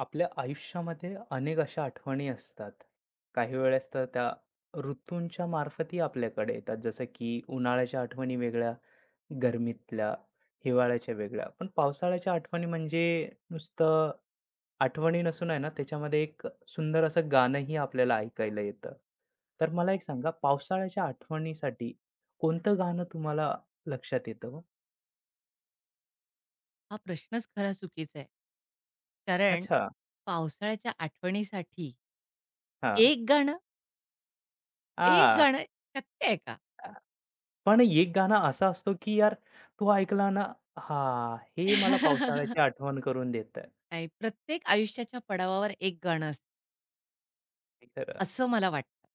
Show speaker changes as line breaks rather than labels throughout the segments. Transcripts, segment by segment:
आपल्या आयुष्यामध्ये अनेक अशा आठवणी असतात. काही वेळेस तर त्या ऋतूंच्या मार्फतही आपल्याकडे येतात. जसं की उन्हाळ्याच्या आठवणी वेगळ्या, गरमीतल्या, हिवाळ्याच्या वेगळ्या. पण पावसाळ्याच्या आठवणी म्हणजे नुसतं आठवणी नसून आहे ना, त्याच्यामध्ये एक सुंदर असं गाणंही आपल्याला ऐकायला येतं. तर मला एक सांगा, पावसाळ्याच्या आठवणीसाठी कोणतं गाणं तुम्हाला लक्षात येतं हो?
हा प्रश्नच खरा चुकीचा आहे. कारण
अच्छा.
पावसाळ्याच्या आठवणीसाठी
हां.
एक गाणं, एक
आ.
गाणं शक्य आहे का?
पण एक गाणं असा असतो, की यार तो ऐकला ना हां, हे मला पावसाळ्याची आठवण करून देतं.
नाही, प्रत्येक आयुष्याच्या पडावावर एक गाणं असतं,
हे खरं.
असं मला वाटतं.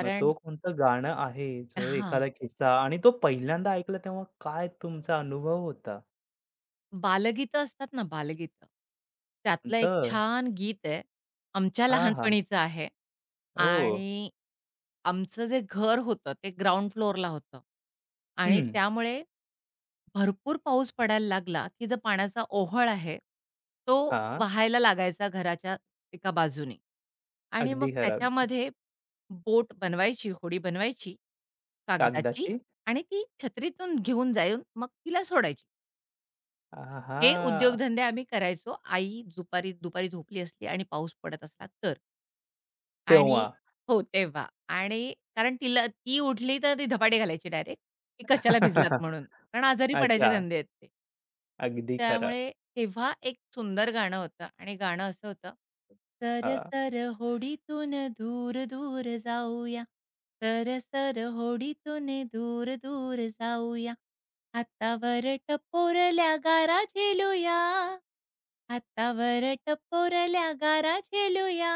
मग तो कोणतं गाणं आहे, जो
हां.
एखादा किस्सा आणि तो पहिल्यांदा ऐकला तेव्हा काय तुमचा अनुभव होता?
बालगीतं असतात ना बालगीतं, त्यातलं एक
तर
छान गीत आहे. आमच्या
हां, हां.
लहानपणीचं आहे
हो.
आणि आमचं जे घर होतं ते ग्राउंड फ्लोअरला होतं आणि
हं.
त्यामुळे भरपूर पाऊस पडायला लागला, की जो पाण्याचा ओहळ आहे, तो
हां.
वाहायला लागायचा घराच्या एका बाजूने आणि मग
अगदी खरं.
त्याच्यामध्ये बोट बनवायची, होडी बनवायची कागदाची
कागदाची
आणि ती छत्रीतून घेऊन जाऊन मग तिला सोडायची. हे
आहा!
उद्योगधंदे आम्ही करायचो. आई दुपारी दुपारी झोपली असली आणि पाऊस पडत असला तर. आणि
तेव्हा.
हो, तेव्हा. आणि कारण तिला ती उठली तर ती धपाटे घालायची डायरेक्ट, की कशाला भिजलात म्हणून. कारण आजारी पडायचे
अच्छा.
धंदे आहेत ते.
अगदी खरं.
त्यामुळे तेव्हा एक सुंदर गाणं होतं आणि गाणं असं होतं.
हां.
"सरसर होडीतून दूर दूर जाऊया, सरसर होडीतून दूर दूर जाऊया." हातावर टपोरल्या गारा झेलूया हातावर टपोरल्या गारा झेलूया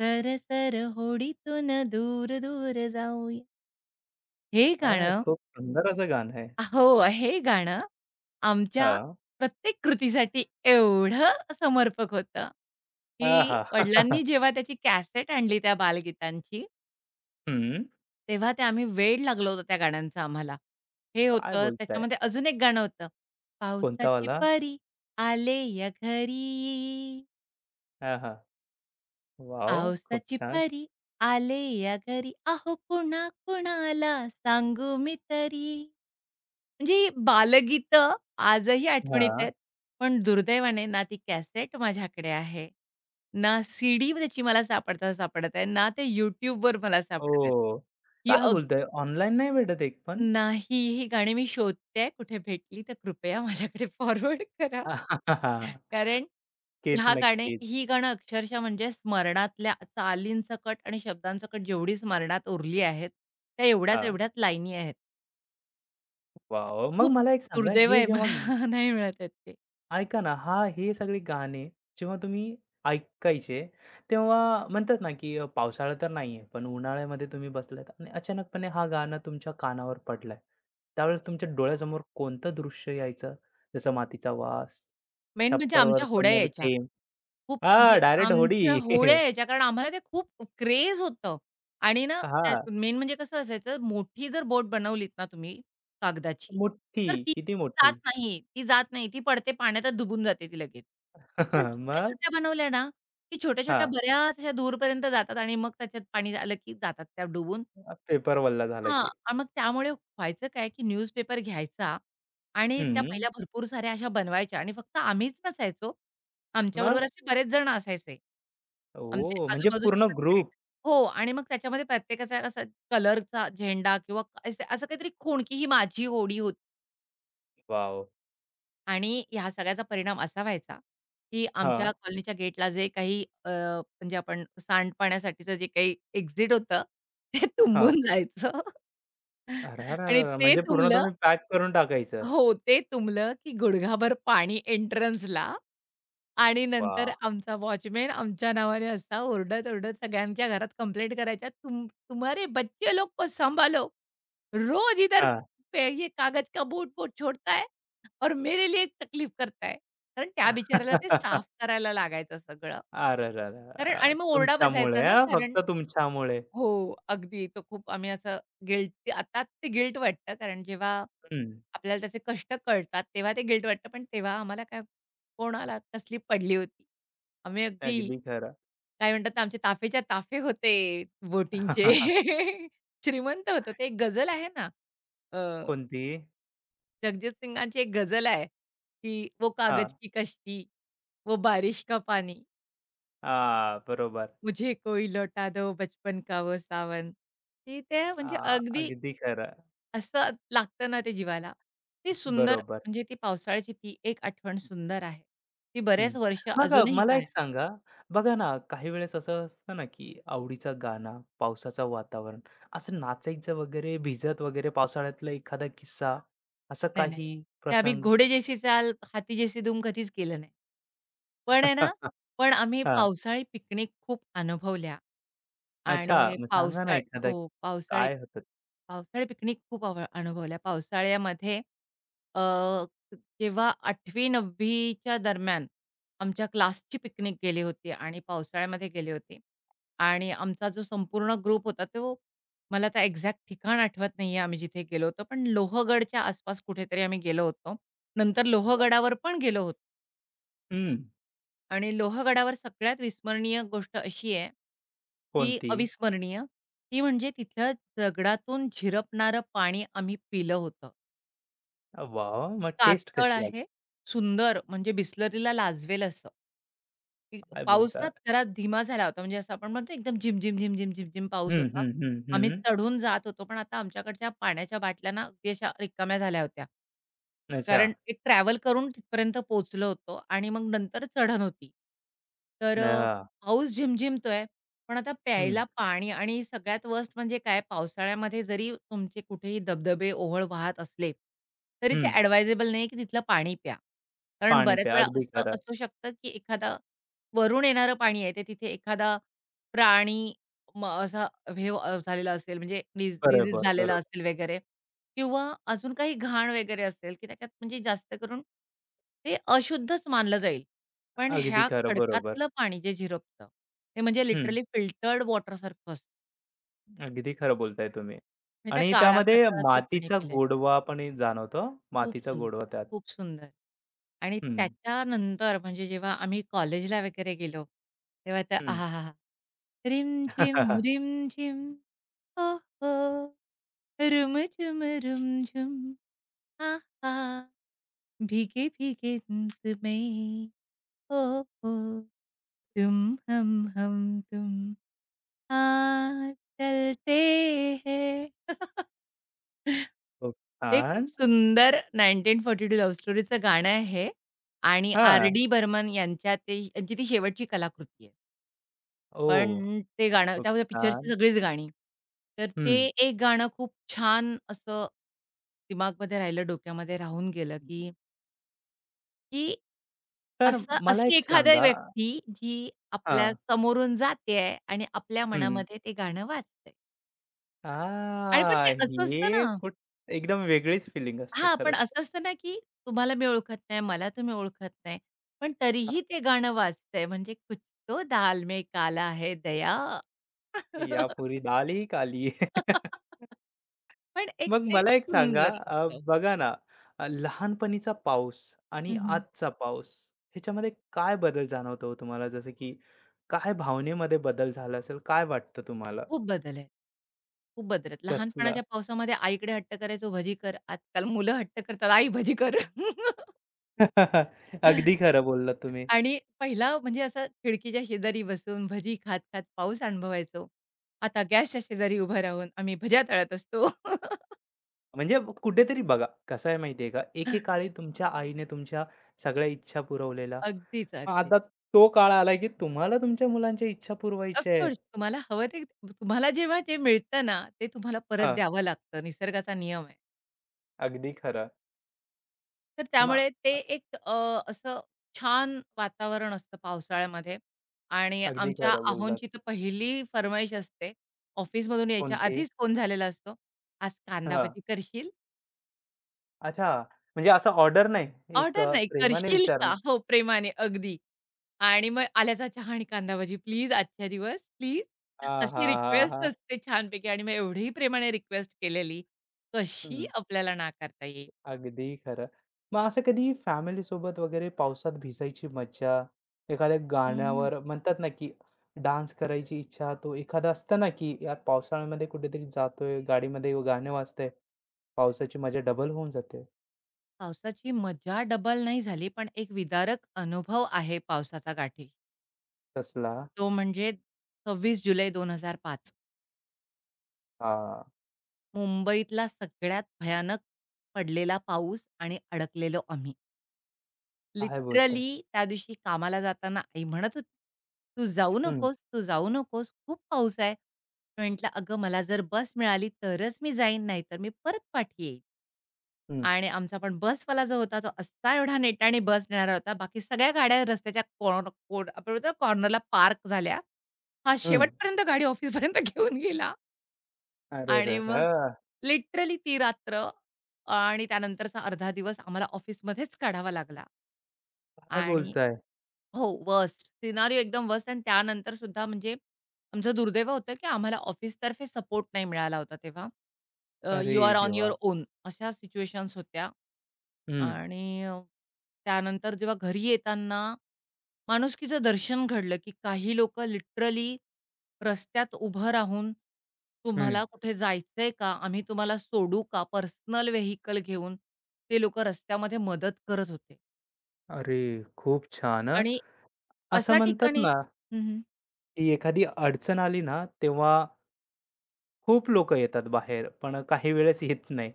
सरसर होडीतून दूर दूर जाऊया हे
हां,
गाणं
खूप सुंदर असं गाणं आहे.
हो हे गाणं आमच्या
हां.
प्रत्येक कृतीसाठी एवढं समर्पक होतं, की
आहा!
वडिलांनी जेव्हा त्याची कॅसेट आणली त्या बालगीतांची,
हं.
तेव्हा ते आम्ही वेड लागलो होतो त्या गाण्यांचा आम्हाला. हे
काय
होतं.
बोलताय?
त्याच्यामध्ये अजून एक गाणं होतं.
कोणता
पावसाची
वाला?
परी आले या घरी,
हां, हां. वॉव! खूप
पावसाची
छान.
परी आले या घरी, अहो कुणा कुणाला सांगू मी तरी. म्हणजे ही बालगीतं आजही आठवणीत
हां.
आहेत. पण दुर्दैवाने ना ती कॅसेट माझ्याकडे आहे, ना सी त्याची मला सापडता सापडत आहे, ना ते YouTubeवर मला सापडत आहेत.
ओह!
ही
काय बोलताय? ऑनलाईन नाही भेटत एक पण?
नाही, ही गाणी मी शोधतेय. कुठे भेटली तर कृपया माझ्याकडे फॉरवर्ड करा. कारण
नक्कीच,
ह्या गाणे
नक्कीच.
ही गाणं अक्षरशः म्हणजे स्मरणातल्या चालींसकट आणि शब्दांसकट जेवढी स्मरणात उरली आहेत, त्या एवढ्याच
हां.
एवढ्याच लाईनी आहेत.
वॉव! मग
खूप
मला एक सांगा
दुर्दैव
हे
आहे
जेव्हा
मला. नाही मिळत आहेत ते.
ऐका ना, हां, हे सगळे गाणे जेव्हा तुम्ही ऐकायचे, तेव्हा म्हणतात ना, की पावसाळा तर नाहीये, पण उन्हाळ्यामध्ये तुम्ही बसलात आणि अचानकपणे हा गाणं तुमच्या कानावर पडलाय. त्यावेळेस तुमच्या डोळ्यासमोर कोणतं दृश्य यायचं? जसं मातीचा वास,
मेन म्हणजे
छप्परवर
आमच्या होड्या
पडणारे
यायच्या.
थेंब?
खूप म्हणजे
हां, डायरेक्ट होडी.
आमच्या होळ्या यायच्या कारण आम्हाला ते खूप क्रेज होतं आणि ना त्या
हां,
मेन म्हणजे कसं असायचं मोठी जर बोट बनवलीत ना तुम्ही कागदाची,
मुठ्ठी.
तर ती
किती
जात
मोठी?
नाही. ती जात नाही. ती पडते पाण्यातच डुबून जाते ती लगेच. पण
मग?
छोट्या-छोट्या बनवल्या ना, की छोट्या-छोट्या
हां,
बऱ्याच अशा दूरपर्यंत जातात आणि मग त्याच्यात पाणी आलं की जातात त्या डुबून.
पेपर वल्ला झाला
हां.
की.
आणि मग त्यामुळे व्हायचं काय, की न्यूजपेपर घ्यायचा आणि त्या
हं.
पहिल्या भरपूर साऱ्या अशा बनवायच्या आणि फक्त आम्हीच नसायचो. आमच्याबरोबर
मग?
असे बरेच जण असायचे. आमचे
ओह! म्हणजे
आजूबाजूचे
पूर्ण
पण फ्रेंड.
ग्रुप.
हो. आणि मग त्याच्यामध्ये प्रत्येकाचा असा कलरचा झेंडा किंवा असं असं काहीतरी खूण, की ही माझी होडी होती.
वॉव!
आणि ह्या सगळ्याचा परिणाम असा व्हायचा, की आमच्या
हां,
कॉलनीच्या गेटला जे काही म्हणजे आपण सांडपाण्यासाठीचं जे काही एक्झिट होतं, ते
हां.
तुंबून जायचं
अरेरेरे!
आणि ते
म्हणजे पूर्ण
तुंबलं
तुम्ही पॅक करून टाकायचं.
हो, ते तुंबलं की गुडघाभर पाणी एंट्रन्सला. आणि नंतर
वाह!
आमचा वॉचमन आमच्या नावाने असा ओरडत-ओरडत सगळ्यांच्या घरात कंप्लेंट करायच्या, तुम्हारे बच्चे लोग को संभालो, रोज इधर
हां.
पे ये कागज का बोट-बोट छोड़ता है और मेरे लिए तकलीफ करता", कारण त्या बिचाऱ्याला ते साफ करायला लागायचं सगळं.
अरेरेरे!
कारण आणि मग ओरडा बसायचा
तुमच्यामुळे
ना
हां,
कारण
फक्त तुमच्यामुळे.
हो, अगदी. तो खूप आम्ही असं गिल्ट, आता ते गिल्ट वाटतं, कारण जेव्हा
हं,
आपल्याला त्याचे कष्ट कळतात, तेव्हा ते गिल्ट वाटतं. पण तेव्हा आम्हाला काय, कोणाला कसली पडली होती. आम्ही अगदी
अगदी खरं.
काय म्हणतात ना, आमचे ताफेच्या ताफे होते बोटिंगचे. श्रीमंत होतो. ते एक गझल आहे ना, अ,
कोणती?
जगजीत सिंगांची एक गझल आहे, की "वो कागज
हां.
की कश्ती, वो बारिश का पानी,
हां, बरोबर.
मुझे कोई लौटा दो बचपन का वो सावन." ती ते म्हणजे
हां,
अगदी
अगदी खरं.
असं लागतं ना ते जीवाला. ती सुंदर
बरोबर.
म्हणजे ती पावसाळ्याची ती एक आठवण सुंदर आहे. ती
हं.
बरेच वर्ष
मग
अजूनही
मला एक
कायम.
सांगा, बघा ना, काही वेळेस असं असतं ना, की आवडीचा गाणं, पावसाचं वातावरण, असं नाचायचं वगैरे, भिजत वगैरे, पावसाळ्यातला एखादा किस्सा, असा
नाही, नाही.
काही
ते आम्ही
प्रसंग?
घोडे जैसी चाल, हाथी जैसी धूम कधीच केलं नाही. पण आहे ना, पण आम्ही
हां.
पावसाळी पिकनिक खूप अनुभवल्या
अच्छा,
आणि
मग सांगा ना एखादा,
हो, पावसाळी
काय होतं
पावसाळी पिकनिक खूप अनुभवल्या. पावसाळ्यामध्ये अ, जेव्हा 8वी-9वी दरम्यान आमच्या क्लासची पिकनिक गेली होती आणि पावसाळ्यामध्ये गेली होती आणि आमचा जो संपूर्ण ग्रुप होता तो, मला आता एक्झॅक्ट ठिकाण आठवत नाहीये आम्ही जिथे गेलो होतो, पण लोहगडच्या आसपास कुठेतरी आम्ही गेलो होतो. नंतर
तेव्हा?
लोहगडावर पण गेलो होतो
हं.
आणि लोहगडावर सगळ्यात विस्मरणीय गोष्ट अशी आहे, की
कोणती?
अविस्मरणीय, ती म्हणजे तिथलं दगडातून झिरपणारं पाणी आम्ही पिलं होतं.
वाह! मग टेस्ट
कातळ
कशी आली?
आहे, सुंदर म्हणजे बिसलरीला लाजवेल असं. की
काय
पाऊस
बोलता?
ना जरा धीमा झाला होता. म्हणजे असं आपण म्हणतो एकदम झिम-झिम, झिम-झिम, झिम-झिम पाऊस
हं,
होता.
हं, हं,
आम्ही
हं.
चढून जात होतो, पण आता आमच्याकडच्या पाण्याच्या बाटल्या ना अगदी अशा रिकाम्या झाल्या होत्या.
अच्छा.
कारण एक ट्रॅव्हल करून तिथपर्यंत पोहोचलो होतो आणि मग नंतर चढण होती. तर
हां.
पाऊस झिमझिमतोय पण आता
हं,
प्यायला पाणी, आणि सगळ्यात वर्स्ट म्हणजे काय, पावसाळ्यामध्ये जरी तुमचे कुठेही धबधबे, ओहोळ वाहत असले, तरी ते
हं.
ॲडवायझेबल नाही की तिथलं पाणी प्या. कारण
पाणी
बऱ्याच
प्या.
वेळा
अगदी
असं
खरं.
असू शकतं की एखादा वरून येणारं पाणी आहे, ते तिथे एखादा प्राणी असा झालेला असेल म्हणजे
बरोबर,
झालेला
बरोबर.
असेल वगैरे, किंवा अजून काही घाण वगैरे असेल की त्याच्यात, म्हणजे जास्त करून ते अशुद्धच मानलं जाईल. पण
अगदी
ह्या
खरं. बरोबर.
खडकातलं पाणी जे झिरपतं, ते म्हणजे
हं.
लिटरली फिल्टर्ड वॉटरसारखं असतं.
अगदी खरं बोलताय तुम्ही.
आणि त्या
आणि
काळ्या
त्यामध्ये
कातळातलं पाणी
मातीचा
पिलेलं.
गोडवा पण ही जाणवतो.
खूप
मातीचा
सुंदर,
गोडवा त्यात.
खूप सुंदर. आणि
हं,
त्याच्यानंतर म्हणजे जेव्हा आम्ही कॉलेजला वगैरे गेलो, तेव्हा त्या
हं.
आहाहाहा! रिमझिम, रिमझिम, ओहो! रुमझुम, रुमझुम, आहा! रिम झिम रिम झिम ओ हो रुम झुम रुम झुम हा हा भीगे, भीगे हम तुम्हे, ओहो! तुम, हम, हम, तुम. साथ चलते हैं.
खूप
एक
छान.
सुंदर 1942 लव्ह स्टोरीचं गाणं आहे हे, आणि
हां.
आर.डी. बर्मन यांच्या ते यांची ती शेवटची कलाकृती आहे.
ओह!
पण ते गाणं,
खूप
त्यामध्ये पिक्चरची
छान.
सगळीच गाणी. तर ते
हं.
एक गाणं खूप छान असं दिमागमध्ये राहिलं, डोक्यामध्ये राहून गेलं, की की
तर
असं
मला
अशी
एक
एखादी
सांगा
व्यक्ती जी आपल्या
हां.
समोरून जातेय आणि आपल्या
हं.
मनामध्ये ते गाणं वाजतंय. आणि पण
आह!
ते असं असतं ना,
हे कुठ एकदम वेगळीच फिलिंग असते
हां, पण
खरंच तर.
असं असतं ना, की तुम्हाला मी ओळखत नाही, मला तुम्ही ओळखत नाही. पण तरीही ते गाणं वाजतंय म्हणजे कुछ तो दाल में काला है दया.
या पुरी दाल ही काली.
पण एक
मग
ते
मला एक सांगा,
सुंदर असतं.
बघा ना, लहानपणीचा पाऊस आणि
हं, हं.
आजचा पाऊस ह्याच्यामध्ये काय बदल जाणवतो हो तुम्हाला? जसं की काय भावनेमध्ये बदल झाला असेल? काय वाटतं तुम्हाला?
खूप बदल आहेत. खूप बदल आहेत.
कसला?
लहानपणाच्या पावसामध्ये आईकडे हट्ट करायचो भजी कर. आजकाल मुलं हट्ट करतात, "आई भजी कर."
अगदी खरं बोललात तुम्ही.
आणि पहिला म्हणजे असा खिडकीच्या शेजारी बसून भजी खात-खात पाऊस अनुभवायचो. आता गॅसच्या शेजारी उभं राहून आम्ही भज्या तळत असतो.
म्हणजे कुठेतरी बघा, कसं आहे माहिती आहे का, एकेकाळी तुमच्या आईने तुमच्या सगळ्या इच्छा पुरवलेल्या.
अगदीच,
मग
अगदी.
आता तो काळ आला की तुम्हाला तुमच्या मुलांच्या इच्छा
ऑफ
पुरवायच्या आहेत.
तुम्हाला हवं ते, तुम्हाला जेव्हा जे मिळतं ना, ते तुम्हाला परत
हां,
द्यावं लागतं. निसर्गाचा नियम आहे.
अगदी खरं.
तर
मग
त्यामुळे ते
अ-
एक असं छान वातावरण असतं पावसाळ्यामध्ये, आणि
अगदी
आमच्या
खरं बोललात.
आहोंची तर पहिली फर्माईश असते. ऑफिसमधून यायच्या
कोणती?
आधीच फोन झालेला असतो, "आज कांदा
हां.
भजी करशील?"
अच्छा, म्हणजे असं ऑर्डर नाही, एक
ऑर्डर नाही,
प्रेमाने
करशील का?
विचारणं.
हो, प्रेमाने अगदी. आणि मग आल्याचा चहा आणि कांदा भजी, प्लीज आजच्या दिवस, प्लीज.
हां, हां,
अशी
हां, हां.
रिक्वेस्ट असते छानपैकी, आणि मग एवढीही प्रेमाने रिक्वेस्ट केलेली, कशी
हं,
आपल्याला नाकारता येईल?
अगदी खरं. मग असं कधी फॅमिलीसोबत वगैरे पावसात भिजायची मज्जा, एखाद्या
हं.
गाण्यावर म्हणतात ना, की डान्स करायची इच्छा, तो एखादा असतं ना, की यार पावसाळ्यामध्ये कुठेतरी जातोय, गाडीमध्ये गाणं वाजतंय, पावसाची मजा डबल होऊन जाते.
पावसाची मजा डबल नाही झाली, पण एक विदारक अनुभव आहे पावसाचा गाठी.
तसला?
तो म्हणजे 26 जुलै 2005,
हां.
मुंबईतला सगळ्यात भयानक पडलेला पाऊस, आणि अडकलेलो आम्ही.
काय बोलताय?
लिटरली त्या दिवशी कामाला जाताना आई म्हणत होती, "तू जाऊ
हं,
नकोस, तू जाऊ नकोस, खूप पाऊस आहे." मी म्हटलं, "अगं मला जर बस मिळाली तरच मी जाईन, नाहीतर मी परत पाठी येईन."
हं,
आणि आमचा पण बसवाला जो होता, तो असा एवढा नेटाने बस नेणारा होता. बाकी सगळ्या गाड्या रस्त्याच्या कोण कोण आपण म्हणतो ना कॉर्नरला पार्क झाल्या. हा
हं.
शेवटपर्यंत गाडी ऑफिसपर्यंत घेऊन गेला आणि मग
अरेरेरे!
लिटरली ती रात्र आणि त्यानंतरचा अर्धा दिवस आम्हाला ऑफिसमध्येच काढावा लागला.
काय
आणि
बोलताय?
हो, वर्स्ट. सिनारिओ एकदम वर्स्ट. आणि त्यानंतर सुद्धा म्हणजे आमचं दुर्दैव होतं, की आम्हाला ऑफिसतर्फे सपोर्ट नाही मिळाला होता तेव्हा.
अरे
यू आर ऑन
देवा!
युअर ओन अशा सिच्युएशन्स होत्या
हं,
आणि त्यानंतर जेव्हा घरी येताना माणुसकीचं दर्शन घडलं, की काही लोकं लिटरली रस्त्यात उभं राहून,
हं.
"तुम्हाला कुठे जायचंय का? आम्ही तुम्हाला सोडू का?" पर्सनल व्हेइकल घेऊन ते लोकं रस्त्यामध्ये मदत करत होते.
अरे! खूप छान हां.
आणि
असं
अशा
म्हणतात
ठिकाणी
ना,
हं, हं.
की एखादी अडचण आली ना, तेव्हा खूप लोक येतात बाहेर, पण काही वेळेस येत नाही.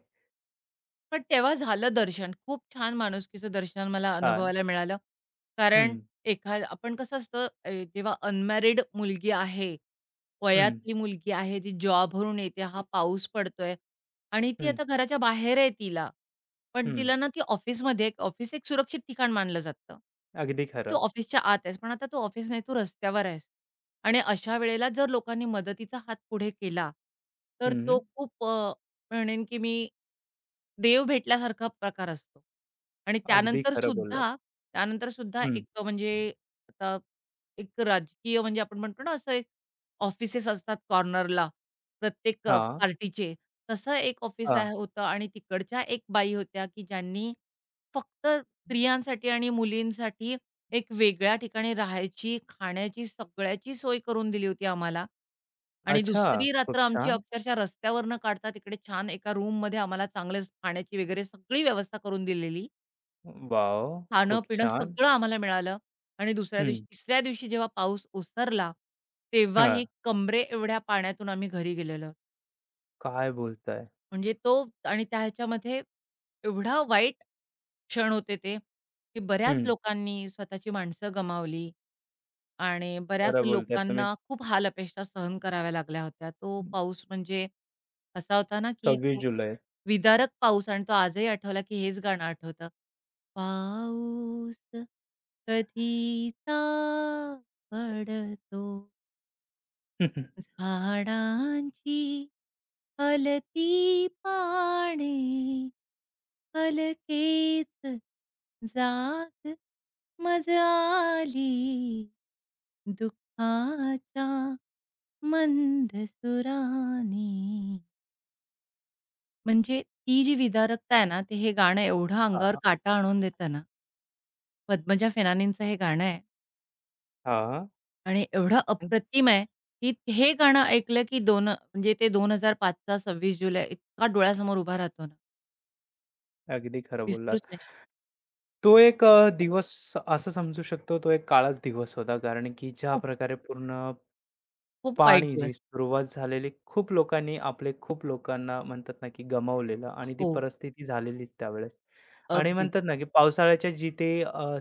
पण तेव्हा झालं दर्शन. खूप छान माणुसकीचं दर्शन मला
हां.
अनुभवायला मिळालं. कारण
हं,
आपण कसं असतं जेव्हा अनमॅरिड मुलगी आहे,
हं,
वयातली मुलगी आहे, जी जॉबवरून येते, हा पाऊस पडतोय आणि ती
हं,
आता घराच्या बाहेर आहे तिला. पण
हं.
तिला ना, ती ऑफिसमध्ये ऑफिस एक सुरक्षित ठिकाण मानलं जातं.
अगदी
तू
खरं.
ऑफिसच्या आत आहेस, पण आता तू ऑफिस नाही, तू रस्त्यावर आहेस. आणि अशा वेळेला जर लोकांनी मदतीचा हात पुढे केला, तर तो
हं.
खूप म्हणेन की मी देव भेटल्यासारखा प्रकार असतो. आणि
अगदी खरं बोललात.
त्यानंतर सुद्धा
हं.
एक म्हणजे आता एक राजकीय म्हणजे आपण म्हणतो ना असं एक ऑफिसेस असतात कॉर्नरला प्रत्येक
हां,
पार्टीचे. तसं एक ऑफिस
हां.
होतं, आणि तिकडच्या एक बाई होत्या की ज्यांनी फक्त स्त्रियांसाठी आणि मुलींसाठी एक वेगळ्या ठिकाणी राहायची, खाण्याची, सगळ्याची सोय करून दिली होती आम्हाला. आणि
अच्छा,
दुसरी रात्र
खूप
आमची
छान.
अक्षरशः रस्त्यावर न काढता तिकडे छान एका रूममध्ये आम्हाला चांगले खाण्याची वगैरे सगळी व्यवस्था करून दिलेली.
वॉव! खूप
खाणं-पिणं
छान.
सगळं आम्हाला मिळालं, आणि दुसऱ्या
हं.
दिवशी तिसऱ्या दिवशी जेव्हा पाऊस ओसरला,
हां.
तेव्हाही कमरे एवढ्या पाण्यातून आम्ही घरी गेलेलो.
काय बोलताय?
म्हणजे तो, आणि त्या ह्याच्यामध्ये एवढा वाईट क्षण होते ते, की बऱ्याच
हं.
लोकांनी स्वतःची माणसं गमावली. आणि बऱ्याच
खरं बोलताय तुम्ही.
लोकांना खूप हाल अपेष्टा सहन कराव्या लागल्या होत्या. तो पाऊस म्हणजे असा होता ना, की
26
तो
जुलै.
विदारक पाऊस, आणि तो आजही आठवला, की हेच गाणं आठवतं. पाऊस कधीचा पडतो. झाडांची हलती पाने हलकेच जात मजाली दुःखाच्या मंद सुराने. म्हणजे ती जी विदारकता आहे ना, ते हे गाणं एवढं अंगावर
हां,
काटा आणून देतं ना, पद्मजा फेनानींचं हे गाणं आहे.
हां.
आणि एवढं अप्रतिम आहे, की हे गाणं ऐकलं की दोन म्हणजे ते 2005 चा 26 जुलै इतका डोळ्यासमोर उभा राहतो ना,
अगदी खरं
विसरूच
बोललात.
नाही शकत.
तो एक दिवस असं समजू शकतो, तो एक काळाच दिवस होता. कारण की ज्या
खूप,
प्रकारे पूर्ण
खूप वाईट
पाणी जी
दिवस.
सुरुवात झालेली, खूप लोकांनी आपले खूप लोकांना म्हणतात ना, की गमावलेलं आणि ती
हो,
परिस्थिती झालेलीच त्यावेळेस. आणि
अगदी.
म्हणतात ना, की पावसाळ्याच्या जिथे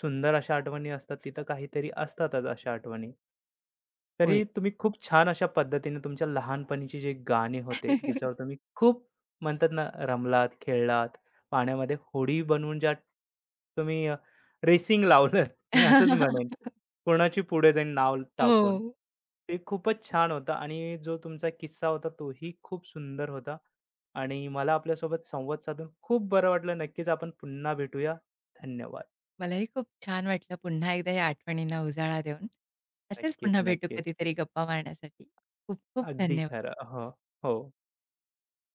सुंदर अशा आठवणी असतात, तिथं काहीतरी असतातच अशा आठवणी.
होय.
तरी तुम्ही खूप छान अशा पद्धतीने तुमच्या लहानपणीची जे गाणे होते, ज्याच्यावर तुम्ही खूप म्हणतात ना, रमलात, खेळलात, पाण्यामध्ये होडी बनवून ज्या तुम्ही रेसिंग लावलत, मी असंच म्हणेन. कोणाची पुढे जाईन नाव
हो.
टाकून. ते खूपच छान होतं आणि जो तुमचा किस्सा होता तोही खूप सुंदर होता आणि मला आपल्यासोबत संवाद साधून खूप बरं वाटलं. नक्कीच आपण पुन्हा भेटूया. धन्यवाद.
मलाही खूप छान वाटलं पुन्हा एकदा या आठवणींना उजाळा देऊन. असेच
नक्कीच,
पुन्हा भेटू
नक्कीच.
कधीतरी गप्पा मारण्यासाठी. खूप खूप
अगदी
धन्यवाद.
खरं. हो, हो.